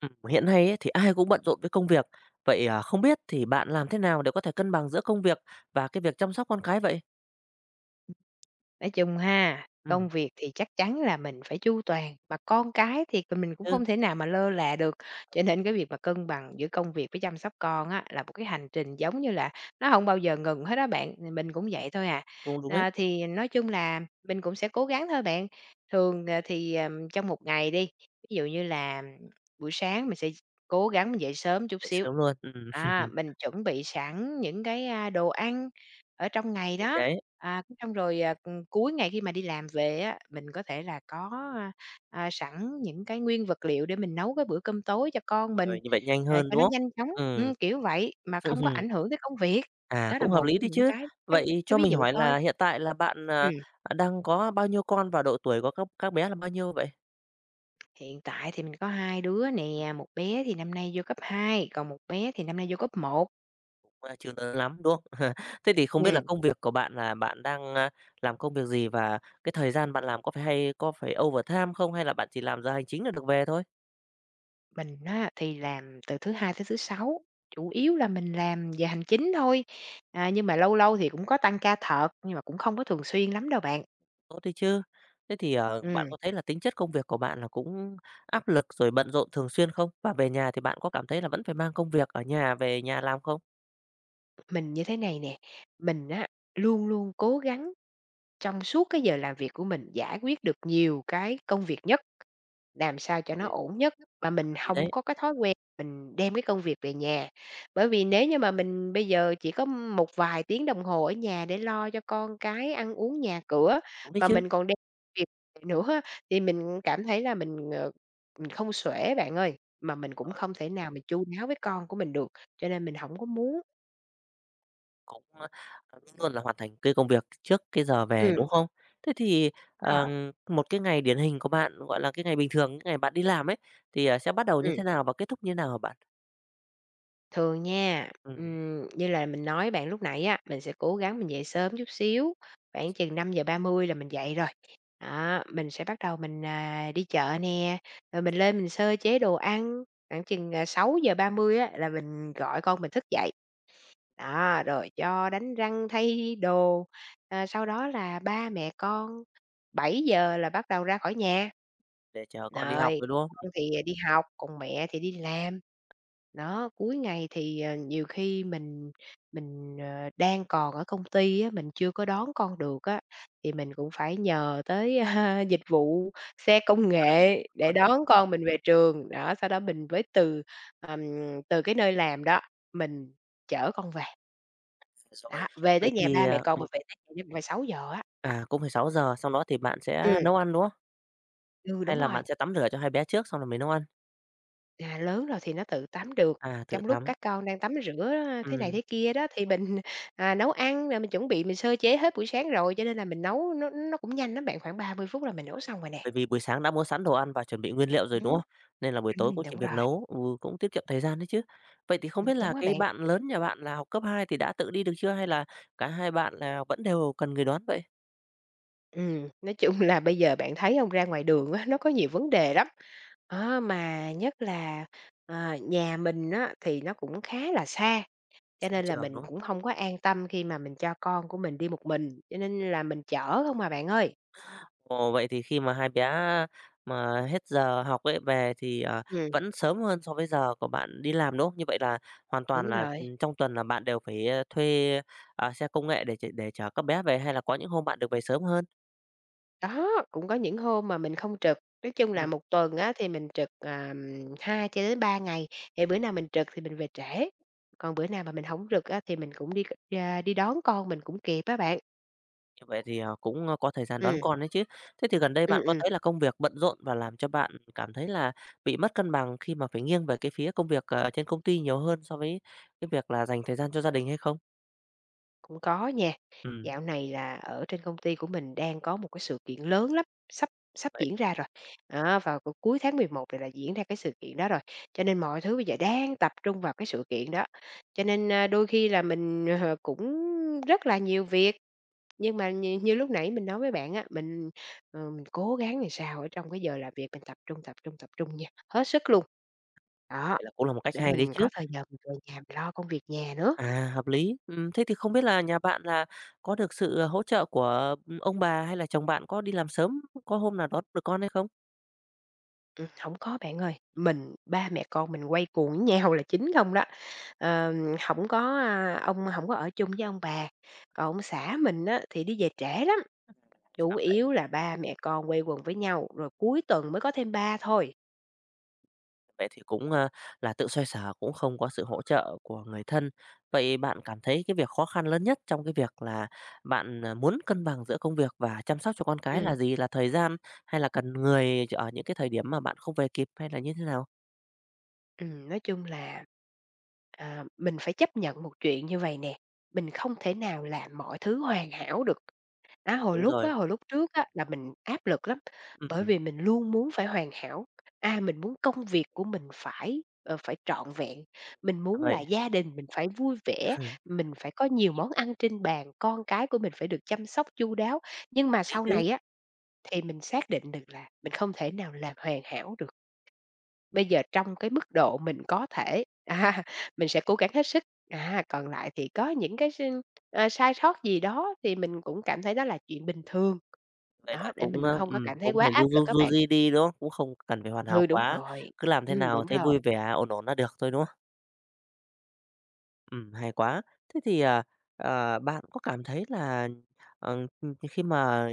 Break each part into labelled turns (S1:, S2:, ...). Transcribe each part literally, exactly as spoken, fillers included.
S1: Ừm, hiện nay ấy, thì ai cũng bận rộn với công việc. Vậy, à, không biết thì bạn làm thế nào để có thể cân bằng giữa công việc và cái việc chăm sóc con cái vậy?
S2: Nói chung ha, công
S1: Ừm,
S2: việc thì chắc chắn là mình phải chu toàn, mà con cái thì mình cũng
S1: ừ,
S2: không thể nào mà lơ là được,
S1: hợp
S2: cho
S1: lý,
S2: nên cái việc mà cân bằng giữa công việc với chăm sóc con á, là một cái hành trình giống như là nó không bao giờ ngừng hết đó bạn, thì mình cũng vậy thôi à.
S1: cũng đúng đấy,
S2: À, thì nói chung là mình cũng sẽ cố gắng thôi bạn. Thường, ờ, thì, ờm, trong một ngày đi, ví dụ như là buổi sáng mình sẽ cố gắng mình dậy sớm chút
S1: dậy
S2: xíu,
S1: sớm luôn, ừm,
S2: à, mình chuẩn bị sẵn những cái, a, đồ ăn ở trong ngày
S1: thì
S2: đó,
S1: đấy,
S2: à, cái xong rồi, à, ừm, cuối ngày khi mà đi làm về á, mình có thể là có, a, à, sẵn những cái nguyên vật liệu để mình nấu cái bữa cơm tối cho con mình,
S1: rồi như vậy nhanh
S2: à,
S1: hơn,
S2: cho
S1: đúng
S2: nó
S1: không?
S2: nhanh chóng
S1: Ừm,
S2: ừm, kiểu vậy, mà không có ảnh hưởng tới công việc.
S1: à,
S2: Đó là
S1: cũng hợp
S2: một
S1: lý
S2: trong
S1: đấy
S2: những
S1: chứ.
S2: cái cái
S1: Vậy
S2: cái
S1: cho
S2: ví
S1: mình
S2: dụ
S1: hỏi là
S2: thôi.
S1: hiện tại là bạn, à,
S2: Ừm,
S1: à, đang có bao nhiêu con và độ tuổi của các các bé là bao nhiêu vậy?
S2: Hiện tại thì mình có hai đứa nè, một bé thì năm nay vô cấp hai còn một bé thì năm nay vô cấp một.
S1: À, chưa lớn lắm, đúng không? Thế thì không biết là
S2: Ừm.
S1: công việc của bạn là bạn đang, a, làm công việc gì và cái thời gian bạn làm có phải hay có phải overtime không hay là bạn chỉ làm giờ hành chính là được về thôi?
S2: Mình á thì làm từ thứ Hai tới thứ Sáu, chủ yếu là mình làm về hành chính thôi, à, nhưng mà lâu lâu thì cũng có tăng ca thợt, nhưng mà cũng không có thường xuyên lắm đâu bạn.
S1: Tốt đấy chứ. Thế thì, ờ, bạn
S2: Ừm,
S1: có thấy là tính chất công việc của bạn là cũng áp lực rồi bận rộn thường xuyên không? Và về nhà thì bạn có cảm thấy là vẫn phải mang công việc ở nhà về nhà làm không?
S2: mình như thế này nè, mình á luôn luôn cố gắng trong suốt cái giờ làm việc của mình giải quyết được nhiều cái công việc nhất, làm sao cho nó
S1: Rồi.
S2: ổn nhất, mà mình
S1: Thì
S2: không
S1: đấy,
S2: có cái thói quen mình đem cái công việc về nhà. Bởi vì nếu như mà mình bây giờ chỉ có một vài tiếng đồng hồ ở nhà để lo cho con cái, ăn uống, nhà cửa,
S1: đúng đấy
S2: mà
S1: chứ.
S2: mình còn đem việc về nữa á, thì mình cảm thấy là mình, ờ, mình không xuể bạn ơi, mà mình cũng không thể nào mình chu đáo với con của mình được, cho nên mình không có muốn.
S1: Cũng, ờ, luôn luôn là hoàn thành cái công việc trước cái giờ về,
S2: Ừm.
S1: đúng không? Thế thì,
S2: Rồi.
S1: ờ, một cái ngày điển hình của bạn, gọi là, cái ngày bình thường, cái ngày bạn đi làm ấy, thì, ờ, sẽ bắt đầu như
S2: Ừm.
S1: thế nào và kết thúc như thế nào hả bạn?
S2: Thường nha,
S1: Ừm,
S2: ừm, như là mình nói bạn lúc nãy á, mình sẽ cố gắng mình dậy sớm chút xíu, khoảng chừng năm giờ ba mươi là mình dậy rồi. Đó, mình sẽ bắt đầu mình, à, đi chợ nè, rồi mình lên mình sơ chế đồ ăn, khoảng chừng, à, sáu giờ ba mươi á là mình gọi con mình thức dậy. Đó, rồi cho đánh răng, thay đồ, ờ, sau đó là ba mẹ con bảy giờ là bắt đầu ra khỏi nhà.
S1: để chờ con đi học
S2: Rồi,
S1: rồi, đúng không?
S2: con thì, à, đi học, còn mẹ thì đi làm. Đó, cuối ngày thì, ờ, nhiều khi mình mình, ờ, đang còn ở công ty á, mình chưa có đón con được á, thì mình cũng phải nhờ tới dịch vụ xe công
S1: Giờ rình
S2: nghệ để
S1: đón
S2: đón con mình về trường. Đó, sau đó mình mới từ, ừm, từ cái nơi làm đó, mình chở con về.
S1: rồi.
S2: Đó, về
S1: Vậy
S2: tới nhà
S1: thì,
S2: ba mẹ
S1: ờ,
S2: con
S1: ừm,
S2: mà về tới nhà chắc cũng phải sáu giờ á.
S1: à, cũng phải sáu giờ xong đó thì bạn sẽ
S2: Ừm,
S1: nấu ăn, đúng không?
S2: ừ,
S1: Hay
S2: đúng
S1: là
S2: rồi,
S1: bạn sẽ tắm rửa cho hai bé trước xong rồi mới nấu ăn?
S2: à, lớn rồi thì nó tự tắm được,
S1: À, tự
S2: trong lúc
S1: tắm,
S2: các con đang tắm rửa thế này
S1: ừm.
S2: thế kia đó thì mình, à, nấu ăn rồi mình chuẩn bị mình sơ chế hết buổi sáng rồi, cho nên là mình nấu nó nó cũng nhanh lắm bạn, khoảng ba mươi phút là mình nấu xong rồi nè.
S1: Bởi vì buổi sáng đã mua sẵn đồ ăn và chuẩn bị nguyên liệu rồi, đúng
S2: Ừm.
S1: không? Nên là buổi tối
S2: Ừm,
S1: cũng chỉ
S2: đúng
S1: việc
S2: rồi,
S1: nấu, ừ, cũng tiết kiệm thời gian đấy chứ. Vậy thì không
S2: ừm,
S1: biết là
S2: đúng á
S1: cái
S2: bạn.
S1: bạn lớn nhà bạn là học cấp hai thì đã tự đi được chưa hay là cả hai bạn là vẫn đều cần người đón vậy?
S2: Ừm, nói chung là bây giờ bạn thấy hông, ra ngoài đường á, nó có nhiều vấn đề lắm, á, mà nhất là, ờ, nhà mình á thì nó cũng khá là xa. Cho
S1: Xa
S2: nên là
S1: trường,
S2: mình
S1: đúng không?
S2: cũng không có an tâm khi mà mình cho con của mình đi một mình, cho nên là mình chở không à bạn ơi.
S1: Ồ, vậy thì khi mà hai bé mà hết giờ học ấy về thì, ờ,
S2: Ừm,
S1: vẫn sớm hơn so với giờ của bạn đi làm, đúng không? Như vậy là hoàn toàn
S2: đúng
S1: là,
S2: rồi.
S1: ừm, trong tuần là bạn đều phải, ơ, thuê, à, xe công nghệ để ch để chở các bé về hay là có những hôm bạn được về sớm hơn?
S2: Đó, cũng có những hôm mà mình không trực, nói chung là một tuần á thì mình trực, à, hai cho đến ba ngày, thì bữa nào mình trực thì mình về trễ, còn bữa nào mà mình hổng trực á thì mình cũng đi c ra đi đón con mình cũng kịp á bạn.
S1: Như vậy thì, ờ, cũng, ơ, có thời gian đón
S2: Ừm,
S1: con đấy chứ. Thế thì gần đây
S2: ừm,
S1: bạn có
S2: ừm.
S1: thấy là công việc bận rộn và làm cho bạn cảm thấy là bị mất cân bằng khi mà phải nghiêng về cái phía công việc, ở trên công ty nhiều hơn so với cái việc là dành thời gian cho gia đình hay không?
S2: Cũng có nha.
S1: Ừ,
S2: Dạo này là ở trên công ty của mình đang có một cái sự kiện lớn lắm, sắp sắp
S1: vậy
S2: diễn ra rồi. Đó, vào c cuối tháng mười một này là diễn ra cái sự kiện đó rồi, cho nên mọi thứ bây giờ đang tập trung vào cái sự kiện đó. Cho nên, a, đôi khi là mình, ờ, cũng rất là nhiều việc, nhưng mà nhiều như lúc nãy mình nói với bạn á, mình, ờ, mình cố gắng làm sao ở trong cái giờ làm việc mình tập trung, tập trung, tập trung nha, hết sức luôn. Đó,
S1: vậy là cũng là một cách
S2: để
S1: hay đấy
S2: mình
S1: chứ.
S2: có thời giờ mình về nhà mình lo công việc nhà nữa.
S1: À, hợp lý. Ừm, thế thì không biết là nhà bạn là có được sự ờ, hỗ trợ của ông bà hay là chồng bạn có đi làm sớm, có hôm nào đón được con hay không?
S2: Ừm, hổng có bạn ơi, mình ba mẹ con mình quây quần với nhau là chính không đó. Ờ, hổng có, a, ông hổng có ở chung với ông bà, còn ông xã mình á thì đi về trễ lắm, chủ
S1: Ra vậy.
S2: yếu là ba mẹ con quây quần với nhau, rồi cuối tuần mới có thêm ba thôi.
S1: Vậy thì cũng, a, là tự xoay sở, cũng không có sự hỗ trợ của người thân. Vậy bạn cảm thấy cái việc khó khăn lớn nhất trong cái việc là bạn, à, muốn cân bằng giữa công việc và chăm sóc cho con cái
S2: Ừm,
S1: là gì? Là thời gian hay là cần người ở những cái thời điểm mà bạn không về kịp hay là như thế nào?
S2: ừm, nói chung là, à, mình phải chấp nhận một chuyện như vầy nè, mình không thể nào làm mọi thứ hoàn hảo được. Á, hồi
S1: Đúng
S2: lúc á,
S1: rồi,
S2: hồi lúc trước á, là mình áp lực lắm, bởi
S1: ừm,
S2: vì mình luôn muốn phải hoàn hảo. À, mình muốn công việc của mình phải, ờ, phải trọn vẹn, mình
S1: à,
S2: muốn là
S1: vậy
S2: gia đình mình phải vui vẻ, mình phải có nhiều
S1: đấy
S2: món ăn trên bàn, con cái của mình phải được chăm sóc chu đáo. Nhưng mà sau
S1: chứ.
S2: này á, thì mình xác định được là mình không thể nào làm hoàn hảo được. Bây giờ trong cái mức độ mình có thể, à, mình sẽ cố gắng hết sức, à, còn lại thì có những cái s a, sai sót gì đó thì mình cũng cảm thấy đó là chuyện bình thường.
S1: Vậy
S2: Đó,
S1: là
S2: để
S1: cũng,
S2: mình
S1: a,
S2: không có
S1: ừm,
S2: cảm thấy
S1: cũng
S2: quá
S1: phải
S2: áp
S1: du
S2: lực
S1: du
S2: á
S1: du
S2: bạn.
S1: di đi, đúng không? Cũng không cần phải hoàn hảo
S2: Ừ, đúng
S1: quá,
S2: rồi.
S1: cứ làm thế
S2: Ừm,
S1: nào
S2: đúng
S1: thấy
S2: rồi.
S1: vui vẻ, ổn ổn là được thôi, đúng không? Ừm, hay quá. Thế thì, à, ờ, bạn có cảm thấy là, ờ, khi mà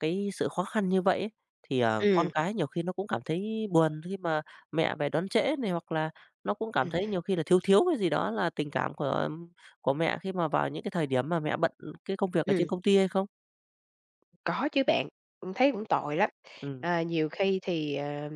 S1: cái sự khó khăn như vậy ấy, thì, ờ, con
S2: ừ,
S1: cái nhiều khi nó cũng cảm thấy buồn khi mà mẹ về đón trễ này, hoặc là nó cũng cảm
S2: ừ,
S1: thấy nhiều khi là thiếu thiếu cái gì đó là tình cảm của của mẹ khi mà vào những cái thời điểm mà mẹ bận cái công việc ở trên
S2: ừ.
S1: công ty hay không?
S2: Có chứ bạn, ừm, thấy cũng tội lắm.
S1: Ừ,
S2: À, nhiều khi thì, ờ,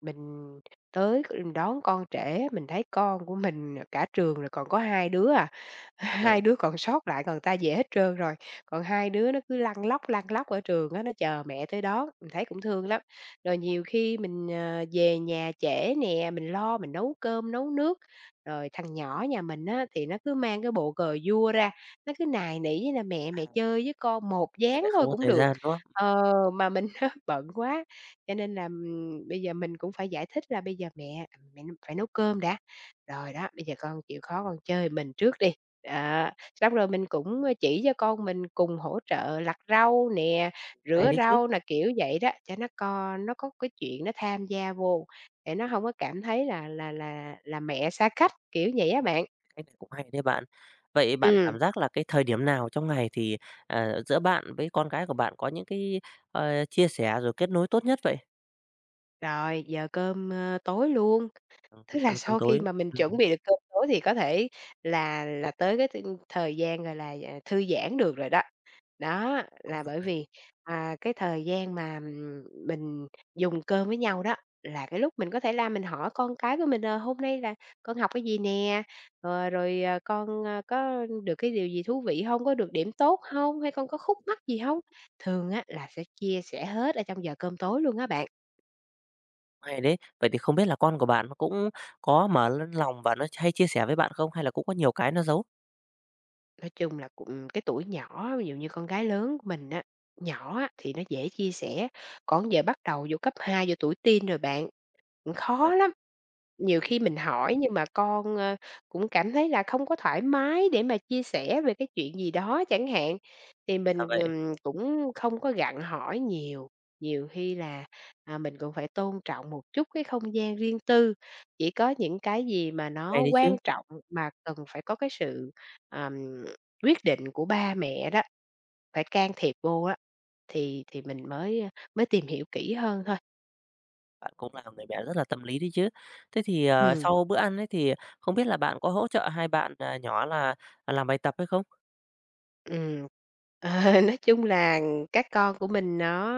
S2: mình tới đón con trễ, mình thấy con của mình cả trường rồi còn có hai đứa à,
S1: là vậy,
S2: hai đứa còn sót lại còn ta về hết trơn rồi, còn hai đứa nó cứ lăn lóc, lăn lóc ở trường á, nó chờ mẹ tới đón, mình thấy cũng thương lắm. Rồi nhiều khi mình, ờ, về nhà trễ nè, mình lo mình nấu cơm, nấu nước, rồi thằng nhỏ nhà mình á, thì nó cứ mang cái bộ cờ vua ra. Nó cứ nài nỉ với là "Mẹ,
S1: à,
S2: mẹ chơi với con một
S1: nhưng
S2: ván
S1: lại
S2: thôi
S1: không có
S2: cũng
S1: thời
S2: được."
S1: gian, đúng không?
S2: Ờ, mà mình á bận quá, cho nên là, ừm, bây giờ mình cũng phải giải thích là "Bây giờ mẹ, à, mẹ phải nấu cơm đã, rồi đó, bây giờ con chịu khó con chơi mình trước đi." Đó, xong rồi mình cũng chỉ cho con mình cùng hỗ trợ lặt rau nè,
S1: Hay
S2: rửa
S1: đấy chứ.
S2: rau nè, kiểu vậy đó, cho nó co nó có cái chuyện nó tham gia vô, để nó hông có cảm thấy là là là là mẹ xa cách, kiểu vậy á bạn.
S1: Cách này cũng hay đấy bạn. Vậy bạn
S2: Ừm.
S1: cảm giác là cái thời điểm nào trong ngày thì, à, giữa bạn với con gái của bạn có những cái, ờ, chia sẻ rồi kết nối tốt nhất vậy?
S2: Rồi, giờ cơm, ơ, tối luôn,
S1: Ờ,
S2: tức
S1: lúc
S2: là
S1: ăn cơm
S2: sau khi
S1: tối.
S2: mà mình
S1: Ừm,
S2: chuẩn bị được cơm tối thì có thể là là tới cái th thời gian, gọi là, à, thư giãn được rồi đó. Đó,
S1: đúng
S2: là bởi
S1: rồi,
S2: vì, à, cái thời gian mà, ừm, mình dùng cơm với nhau đó, là cái lúc mình có thể la mình hỏi con cái của mình, ờ, "Hôm nay là con học cái gì nè? Ờ, rồi, ờ, con, ơ, có được cái điều gì thú vị không? Có được điểm tốt không? Hay con có khúc mắc gì không?" Thường á là sẽ chia sẻ hết ở trong giờ cơm tối luôn á bạn.
S1: hay đấy. Vậy thì không biết là con của bạn nó cũng có mở lên lòng và nó hay chia sẻ với bạn không? Hay là cũng có nhiều cái nó giấu?
S2: Nói chung là cũng cái tuổi nhỏ, ví dụ như con gái lớn của mình á, nhỏ á thì nó dễ chia sẻ, còn giờ bắt đầu vô cấp hai vô tuổi teen rồi bạn, cũng
S1: Rồi.
S2: khó lắm. Nhiều khi mình hỏi nhưng mà con, ơ, cũng cảm thấy là không có thoải mái để mà chia sẻ về cái chuyện gì đó chẳng hạn, thì
S1: Ra
S2: mình,
S1: vậy,
S2: ừm, cũng không có gặng hỏi nhiều. Nhiều khi là, à, mình cũng phải tôn trọng một chút cái không gian riêng tư, chỉ có những cái gì mà
S1: hay
S2: nó
S1: đấy chứ,
S2: quan trọng mà cần phải có cái sự quyết định của ba mẹ đó, phải can thiệp vô á, thì thì mình mới, ờ, mới tìm hiểu kỹ hơn thôi.
S1: bạn cũng là người mẹ rất là tâm lý đấy chứ. Thế thì, ờ,
S2: Ừm.
S1: sau bữa ăn ấy thì không biết là bạn có hỗ trợ hai bạn, à, nhỏ là à, làm bài tập hay không?
S2: Ừm. Ờ, nói chung là các con của mình nó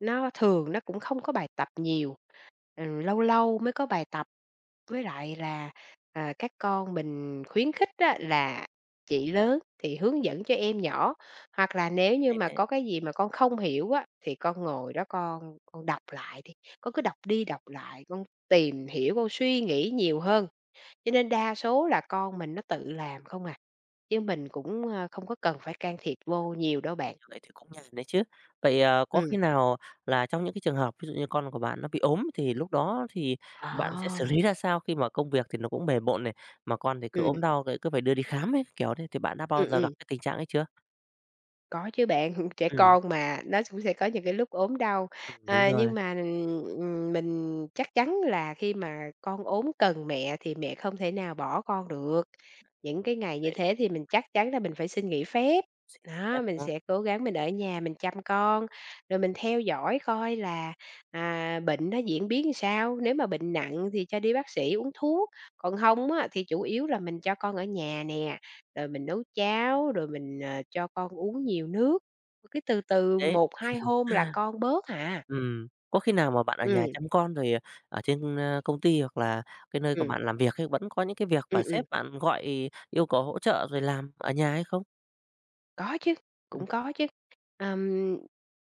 S2: nó thường nó cũng không có bài tập nhiều, ừm, lâu lâu mới có bài tập. Với lại là, à, các con mình khuyến khích á là chị lớn thì hướng dẫn cho em nhỏ, hoặc là nếu như
S1: Hay
S2: mà
S1: đấy.
S2: có cái gì mà con không hiểu á, thì con ngồi đó con con đọc lại đi, con cứ đọc đi đọc lại, con tìm hiểu, con suy nghĩ nhiều hơn. Cho nên đa số là con mình nó tự làm không à. Chứ mình cũng, a, không có cần phải can thiệp vô nhiều đâu bạn.
S1: Vậy thì cũng nhàn đấy chứ. Vậy, ờ, có khi
S2: Ừm.
S1: nào là trong những cái trường hợp ví dụ như con của bạn nó bị ốm thì lúc đó thì bạn sẽ
S2: À.
S1: xử lý ra sao khi mà công việc thì nó cũng bề bộn này, mà con thì cứ
S2: Ừm,
S1: ốm đau lại cứ phải đưa đi khám ấy, kiểu thế, thì bạn đã bao
S2: ừm,
S1: giờ
S2: ừm.
S1: gặp cái tình trạng ấy chưa?
S2: Có chứ bạn, trẻ
S1: Ừm,
S2: con mà, nó cũng sẽ có những cái lúc ốm đau.
S1: ừm, đúng
S2: À,
S1: rồi,
S2: nhưng mà, ừm, mình chắc chắn là khi mà con ốm cần mẹ thì mẹ không thể nào bỏ con được. Những cái ngày như
S1: vậy
S2: thế thì mình chắc chắn là mình phải xin nghỉ phép.
S1: xin nghỉ phép,
S2: Đó, mình
S1: đúng không?
S2: sẽ cố gắng mình ở nhà mình chăm con, rồi mình theo dõi coi là, à, bệnh nó diễn biến sao, nếu mà bệnh nặng thì cho đi bác sĩ uống thuốc, còn không á thì chủ yếu là mình cho con ở nhà nè rồi mình nấu cháo, rồi mình, ờ, cho con uống nhiều nước, cái từ từ
S1: Đấy,
S2: một hai hôm là con bớt à.
S1: ừm, có khi nào mà bạn ở nhà
S2: ừ
S1: chăm con rồi ở trên, ơ, công ty hoặc là cái nơi của
S2: ừ
S1: bạn làm việc ấy, vẫn có những cái việc và
S2: ừ ừm.
S1: sếp bạn gọi yêu cầu hỗ trợ rồi làm ở nhà hay không?
S2: Có chứ,
S1: Ừm,
S2: cũng có chứ. Ờm,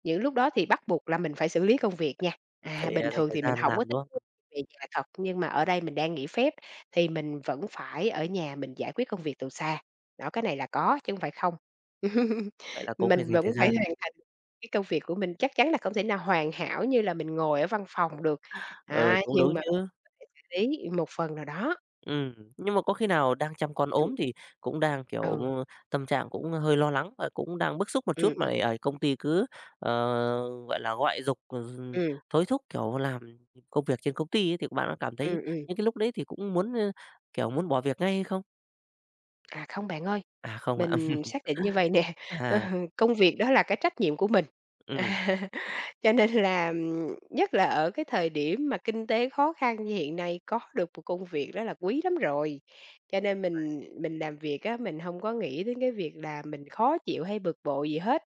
S2: những lúc đó thì bắt buộc là mình phải xử lý công việc nha. À,
S1: phải
S2: bình
S1: ờ, dành
S2: thường
S1: thời
S2: thì mình
S1: gian
S2: không có
S1: làm, đúng
S2: thích
S1: không?
S2: về nhà thật, nhưng mà ở đây mình đang nghỉ phép thì mình vẫn phải ở nhà mình giải quyết công việc từ xa. Đó, cái này là có chứ không phải không.
S1: Vậy là cũng phải
S2: Mình
S1: dành
S2: vẫn
S1: thời
S2: phải
S1: gian.
S2: hoàn thành cái công việc của mình, chắc chắn là không thể nào hoàn hảo như là mình ngồi ở văn phòng được,
S1: Ừ,
S2: á,
S1: cũng đúng
S2: nhưng mà
S1: chứ.
S2: phải xử lý một phần nào đó.
S1: Ừm, nhưng mà có khi nào đang chăm con
S2: ừ
S1: ốm thì cũng đang, kiểu,
S2: Ừ,
S1: ơ, tâm trạng cũng hơi lo lắng và cũng đang bức xúc một
S2: ừ
S1: chút mà
S2: ừ
S1: lại ở công ty cứ, ờ, gọi là, gọi giục, ừ,
S2: ừm,
S1: hối thúc, kiểu, làm công việc trên công ty ấy, thì bạn có cảm thấy
S2: ừm, ừm.
S1: những cái lúc đấy thì cũng muốn, ơ, kiểu, muốn bỏ việc ngay hay không?
S2: À, không bạn ơi,
S1: À, không ạ.
S2: mình xác định như vầy nè, ờ,
S1: À,
S2: công việc đó là cái trách nhiệm của mình.
S1: ừm,
S2: À, cho nên là, ừm, nhất là ở cái thời điểm mà kinh tế khó khăn như hiện nay, có được một công việc đó là quý lắm rồi. Cho nên mình mình làm việc á, mình hông có nghĩ đến cái việc là mình khó chịu hay bực bội gì hết.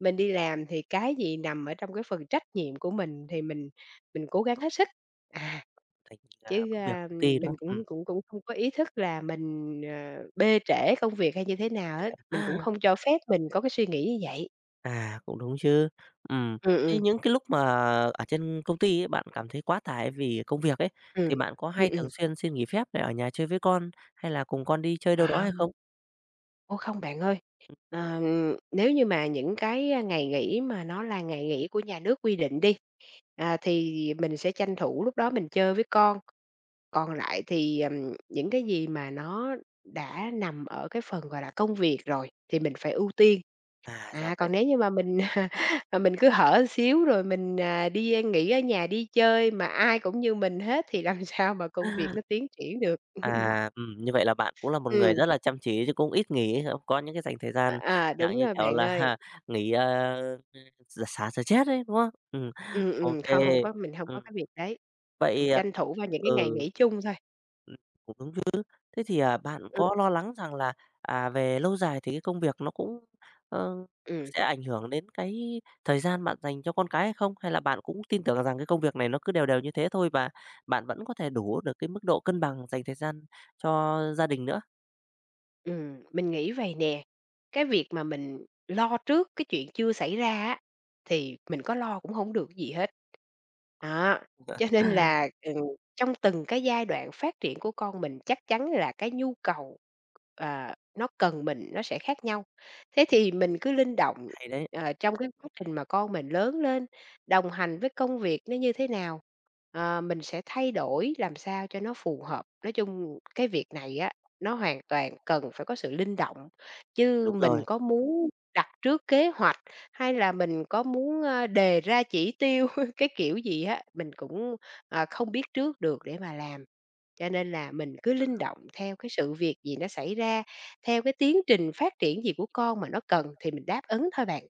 S2: Mình đi làm thì cái gì nằm ở trong cái phần trách nhiệm của mình thì mình mình cố gắng hết sức. À.
S1: thành, à,
S2: Chứ,
S1: công việc
S2: a,
S1: công ty, đúng
S2: mình
S1: không?
S2: cũng cũng cũng không có ý thức là mình, ờ, bê trễ công việc hay như thế nào hết, mình cũng
S1: Ừm.
S2: không cho phép mình có cái suy nghĩ như vậy.
S1: À, cũng đúng chứ. Ừm,
S2: Ừ
S1: thế
S2: ừ
S1: những cái lúc mà ở trên công ty ấy, bạn cảm thấy quá tải vì công việc ấy,
S2: ừ
S1: thì bạn có
S2: ừ
S1: hay
S2: ừm.
S1: thường xuyên xin nghỉ phép để ở nhà chơi với con, hay là cùng con đi chơi đâu đó
S2: À,
S1: hay không?
S2: ô, không bạn ơi, ờ, nếu như mà những cái, ờ, ngày nghỉ mà nó là ngày nghỉ của nhà nước quy định đi, à, thì mình sẽ tranh thủ lúc đó mình chơi với con, còn lại thì, ừm, những cái gì mà nó đã nằm ở cái phần, gọi là, công việc rồi thì mình phải ưu tiên.
S1: À, ra
S2: À,
S1: vậy.
S2: còn nếu như mà mình, mà mình cứ hở xíu rồi mình, à, đi nghỉ ở nhà, đi chơi mà ai cũng như mình hết thì làm sao mà công việc nó tiến triển được.
S1: À, ừm, như vậy là bạn cũng là một người
S2: Ừ,
S1: rất là chăm chỉ chứ cũng ít nghỉ, không có những cái dành thời
S2: à,
S1: gian
S2: à,
S1: dạng
S2: đúng
S1: như,
S2: rồi
S1: kiểu
S2: bạn ơi.
S1: là, nghỉ, ờ, x xả stress ấy, đúng không? Ừm,
S2: Ừm,
S1: ô
S2: ừm, không, hông có mình không có
S1: Ừm,
S2: cái việc đấy, mình
S1: vậy, à
S2: tranh thủ vào những cái ngày
S1: ừ.
S2: nghỉ chung thôi.
S1: Cũng đúng. Thế thì, à, bạn
S2: Ừm,
S1: có lo lắng rằng là, à, về lâu dài thì cái công việc nó cũng, ờ,
S2: ừm.
S1: sẽ ảnh hưởng đến cái thời gian bạn dành cho con cái hay không? Hay là bạn cũng tin tưởng rằng cái công việc này nó cứ đều đều như thế thôi và bạn vẫn có thể đủ được cái mức độ cân bằng dành thời gian cho gia đình nữa?
S2: Ừm, mình nghĩ vầy nè, cái việc mà mình lo trước cái chuyện chưa xảy ra á, thì mình có lo cũng không được gì hết. Đó, cho nên là, ừm, trong từng cái giai đoạn phát triển của con mình chắc chắn là cái nhu cầu, ờ, nó cần mình nó sẽ khác nhau. Thế thì mình cứ linh động,
S1: Hay đấy,
S2: ờ, trong cái quá trình mà con mình lớn lên, đồng hành với công việc nó như thế nào, ờ, mình sẽ thay đổi làm sao cho nó phù hợp. Nói chung cái việc này á, nó hoàn toàn cần phải có sự linh động, chứ
S1: đúng
S2: mình
S1: rồi.
S2: có muốn đặt trước kế hoạch hay là mình có muốn, ơ, đề ra chỉ tiêu, cái kiểu gì á, mình cũng, ờ, không biết trước được để mà làm. Cho nên là mình cứ linh động theo cái sự việc gì nó xảy ra, theo cái tiến trình phát triển gì của con mà nó cần thì mình đáp ứng thôi bạn.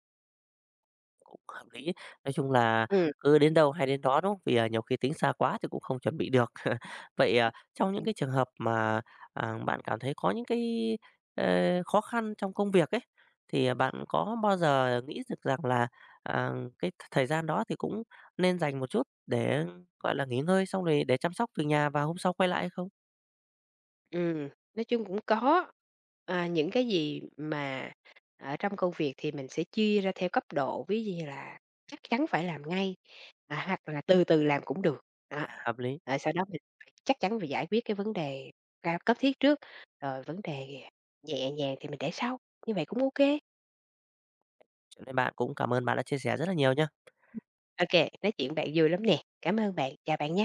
S1: Hợp lý. Nói chung là
S2: ừ
S1: cứ đến đâu hay đến đó, đúng không? Vì, à, nhiều khi tính xa quá thì cũng không chuẩn bị được. Vậy, à, trong những cái trường hợp mà, à, bạn cảm thấy có những cái, ơ, khó khăn trong công việc ấy, thì à, bạn có bao giờ nghĩ được rằng là, à, cái th thời gian đó thì cũng nên dành một chút để, gọi là, nghỉ ngơi xong rồi để chăm sóc từ nhà và hôm sau quay lại hay không?
S2: Ừm, nói chung cũng có. À, những cái gì mà ở trong công việc thì mình sẽ chia ra theo cấp độ, ví dụ như là chắc chắn phải làm ngay, à, hoặc là từ từ làm cũng được, đó.
S1: À, hợp lý.
S2: Rồi sau đó mình phải chắc chắn phải giải quyết cái vấn đề cao cấp thiết trước, rồi vấn đề nhẹ nhàng thì mình để sau, như vậy cũng ok ok
S1: Chuyện với bạn cũng cảm ơn bạn đã chia sẻ rất là nhiều nha.
S2: Nói chuyện bạn vui lắm nè. Cảm ơn bạn, chào bạn nha.